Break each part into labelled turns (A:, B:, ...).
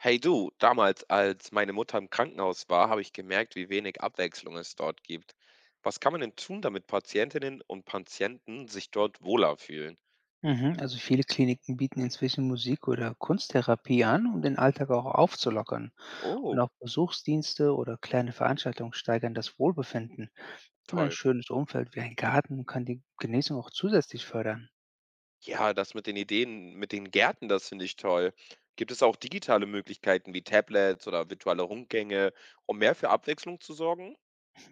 A: Hey du, damals, als meine Mutter im Krankenhaus war, habe ich gemerkt, wie wenig Abwechslung es dort gibt. Was kann man denn tun, damit Patientinnen und Patienten sich dort wohler fühlen?
B: Mhm, also viele Kliniken bieten inzwischen Musik- oder Kunsttherapie an, um den Alltag auch aufzulockern. Und
A: Oh,
B: auch Besuchsdienste oder kleine Veranstaltungen steigern das Wohlbefinden. Und ein
A: toll.
B: schönes Umfeld wie ein Garten kann die Genesung auch zusätzlich fördern.
A: Ja, das mit den Ideen, mit den Gärten, das finde ich toll. Gibt es auch digitale Möglichkeiten wie Tablets oder virtuelle Rundgänge, um mehr für Abwechslung zu sorgen?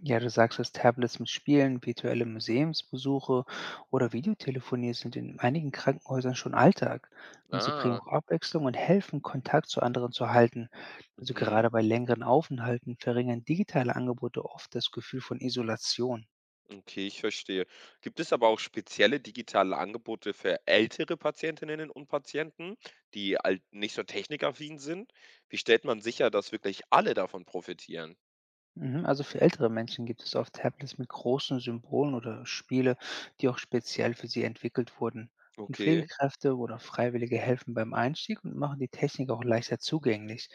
B: Ja, du sagst, dass Tablets mit Spielen, virtuelle Museumsbesuche oder Videotelefonie sind in einigen Krankenhäusern schon Alltag. Und sie bringen
A: Ah.
B: auch Abwechslung und helfen, Kontakt zu anderen zu halten. Also
A: Mhm.
B: gerade bei längeren Aufenthalten verringern digitale Angebote oft das Gefühl von Isolation.
A: Okay, ich verstehe. Gibt es aber auch spezielle digitale Angebote für ältere Patientinnen und Patienten, die halt nicht so technikaffin sind? Wie stellt man sicher, dass wirklich alle davon profitieren?
B: Mhm, also für ältere Menschen gibt es oft Tablets mit großen Symbolen oder Spiele, die auch speziell für sie entwickelt wurden. Und
A: Okay.
B: Pflegekräfte oder Freiwillige helfen beim Einstieg und machen die Technik auch leichter zugänglich.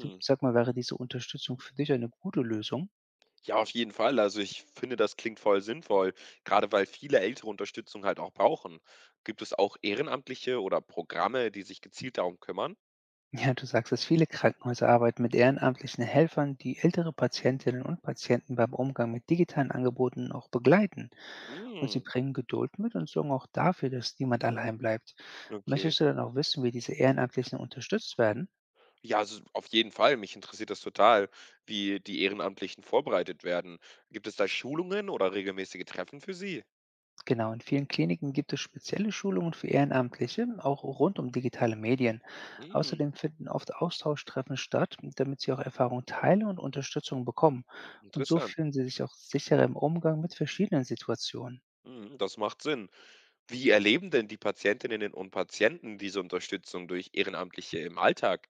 B: Du, sag mal, wäre diese Unterstützung für dich eine gute Lösung?
A: Ja, auf jeden Fall. Also ich finde, das klingt voll sinnvoll, gerade weil viele ältere Unterstützung halt auch brauchen. Gibt es auch Ehrenamtliche oder Programme, die sich gezielt darum kümmern?
B: Ja, du sagst, dass viele Krankenhäuser arbeiten mit ehrenamtlichen Helfern, die ältere Patientinnen und Patienten beim Umgang mit digitalen Angeboten auch begleiten. Und sie
A: Mm.
B: bringen Geduld mit und sorgen auch dafür, dass niemand allein bleibt.
A: Okay.
B: Möchtest du dann auch wissen, wie diese Ehrenamtlichen unterstützt werden?
A: Ja, also auf jeden Fall. Mich interessiert das total, wie die Ehrenamtlichen vorbereitet werden. Gibt es da Schulungen oder regelmäßige Treffen für Sie?
B: Genau, in vielen Kliniken gibt es spezielle Schulungen für Ehrenamtliche, auch rund um digitale Medien.
A: Hm,
B: Außerdem finden oft Austauschtreffen statt, damit sie auch Erfahrungen teilen und Unterstützung bekommen. Und so
A: interessant.
B: fühlen sie sich auch sicherer im Umgang mit verschiedenen Situationen.
A: Hm, das macht Sinn. Wie erleben denn die Patientinnen und Patienten diese Unterstützung durch Ehrenamtliche im Alltag?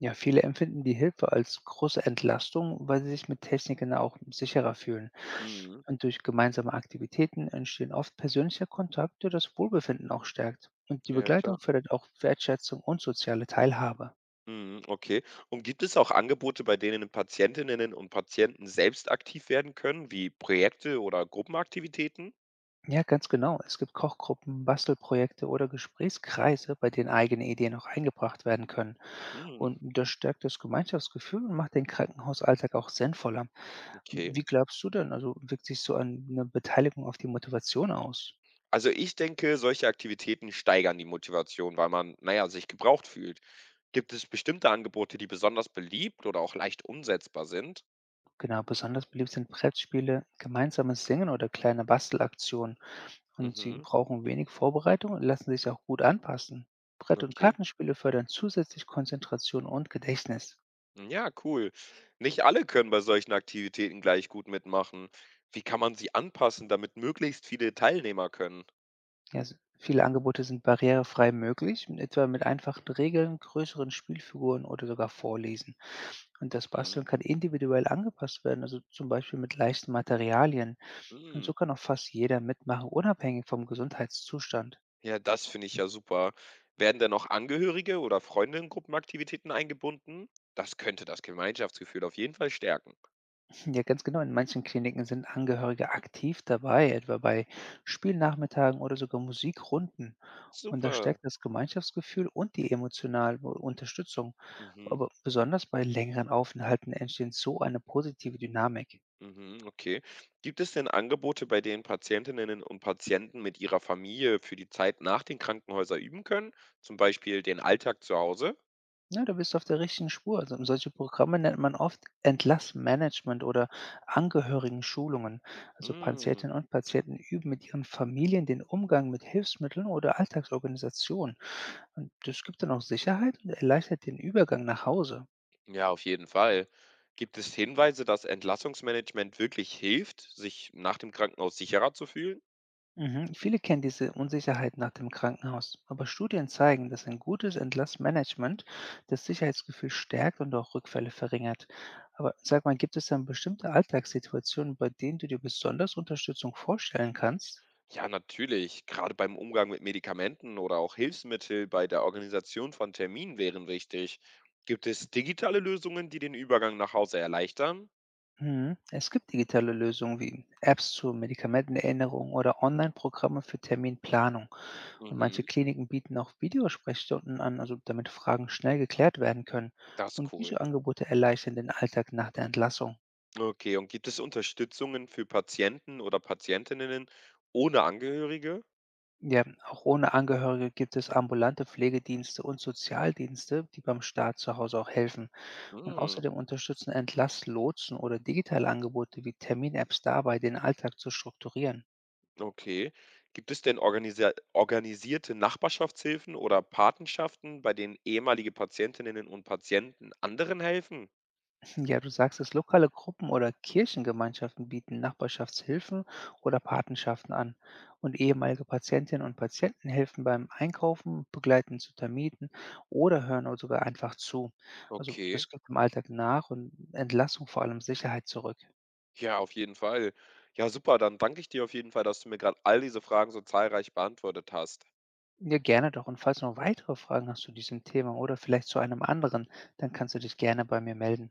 B: Ja, viele empfinden die Hilfe als große Entlastung, weil sie sich mit Techniken auch sicherer fühlen.
A: Mhm.
B: Und durch gemeinsame Aktivitäten entstehen oft persönliche Kontakte, der das Wohlbefinden auch stärkt. Und die
A: Ja, klar.
B: Begleitung fördert auch Wertschätzung und soziale Teilhabe.
A: Mhm, okay. Und gibt es auch Angebote, bei denen Patientinnen und Patienten selbst aktiv werden können, wie Projekte oder Gruppenaktivitäten?
B: Ja, ganz genau. Es gibt Kochgruppen, Bastelprojekte oder Gesprächskreise, bei denen eigene Ideen auch eingebracht werden können.
A: Mhm,
B: Und das stärkt das Gemeinschaftsgefühl und macht den Krankenhausalltag auch sinnvoller.
A: okay.
B: Wie glaubst du denn? Also wirkt sich so eine Beteiligung auf die Motivation aus?
A: Also, ich denke, solche Aktivitäten steigern die Motivation, weil man, naja, sich gebraucht fühlt. Gibt es bestimmte Angebote, die besonders beliebt oder auch leicht umsetzbar sind?
B: Genau, besonders beliebt sind Brettspiele, gemeinsames Singen oder kleine Bastelaktionen. Und sie
A: Mhm,
B: brauchen wenig Vorbereitung und lassen sich auch gut anpassen. Brett- und
A: okay.
B: Kartenspiele fördern zusätzlich Konzentration und Gedächtnis.
A: Ja, cool. Nicht alle können bei solchen Aktivitäten gleich gut mitmachen. Wie kann man sie anpassen, damit möglichst viele Teilnehmer können?
B: Ja, viele Angebote sind barrierefrei möglich, etwa mit einfachen Regeln, größeren Spielfiguren oder sogar Vorlesen. Und das Basteln
A: Mhm.
B: kann individuell angepasst werden, also zum Beispiel mit leichten Materialien. Und
A: Mm.
B: so kann auch fast jeder mitmachen, unabhängig vom Gesundheitszustand.
A: Ja, das finde ich ja super. Werden denn noch Angehörige oder Freunde in Gruppenaktivitäten eingebunden? Das könnte das Gemeinschaftsgefühl auf jeden Fall stärken.
B: Ja, ganz genau. In manchen Kliniken sind Angehörige aktiv dabei, etwa bei Spielnachmittagen oder sogar Musikrunden. Und das
A: Super.
B: stärkt das Gemeinschaftsgefühl und die emotionale Unterstützung.
A: Mhm.
B: Aber besonders bei längeren Aufenthalten entsteht so eine positive Dynamik.
A: Mhm, okay. Gibt es denn Angebote, bei denen Patientinnen und Patienten mit ihrer Familie für die Zeit nach den Krankenhäusern üben können? Zum Beispiel den Alltag zu Hause?
B: Ja, da bist du auf der richtigen Spur. Also, solche Programme nennt man oft Entlassmanagement oder Angehörigenschulungen. Also
A: Mm,
B: Patientinnen und Patienten üben mit ihren Familien den Umgang mit Hilfsmitteln oder Alltagsorganisationen. Und das gibt dann auch Sicherheit und erleichtert den Übergang nach Hause.
A: ja, auf jeden Fall. Gibt es Hinweise, dass Entlassungsmanagement wirklich hilft, sich nach dem Krankenhaus sicherer zu fühlen?
B: Mhm. Viele kennen diese Unsicherheit nach dem Krankenhaus, aber Studien zeigen, dass ein gutes Entlassmanagement das Sicherheitsgefühl stärkt und auch Rückfälle verringert. Aber sag mal, gibt es dann bestimmte Alltagssituationen, bei denen du dir besonders Unterstützung vorstellen kannst?
A: Ja, natürlich. Gerade beim Umgang mit Medikamenten oder auch Hilfsmittel bei der Organisation von Terminen wären wichtig. Gibt es digitale Lösungen, die den Übergang nach Hause erleichtern?
B: Mhm. Es gibt digitale Lösungen wie Apps zur Medikamentenerinnerung oder Online-Programme für Terminplanung. Und manche
A: Mhm,
B: Kliniken bieten auch Videosprechstunden an, also damit Fragen schnell geklärt werden können.
A: das ist
B: Und
A: cool.
B: diese Angebote erleichtern den Alltag nach der Entlassung.
A: Okay, und gibt es Unterstützungen für Patienten oder Patientinnen ohne Angehörige?
B: Ja, auch ohne Angehörige gibt es ambulante Pflegedienste und Sozialdienste, die beim Staat zu Hause auch helfen. Und
A: Hm,
B: außerdem unterstützen Entlasslotsen oder digitale Angebote wie Termin-Apps dabei, den Alltag zu strukturieren.
A: okay. Gibt es denn organisierte Nachbarschaftshilfen oder Patenschaften, bei denen ehemalige Patientinnen und Patienten anderen helfen?
B: Ja, du sagst es, lokale Gruppen oder Kirchengemeinschaften bieten Nachbarschaftshilfen oder Patenschaften an. Und ehemalige Patientinnen und Patienten helfen beim Einkaufen, begleiten zu Termiten oder hören auch sogar einfach zu. Also
A: Okay.
B: das gibt im Alltag nach und Entlassung vor allem Sicherheit zurück.
A: Ja, auf jeden Fall. Ja, super. Dann danke ich dir auf jeden Fall, dass du mir gerade all diese Fragen so zahlreich beantwortet hast.
B: Ja, gerne doch. Und falls du noch weitere Fragen hast zu diesem Thema oder vielleicht zu einem anderen, dann kannst du dich gerne bei mir melden.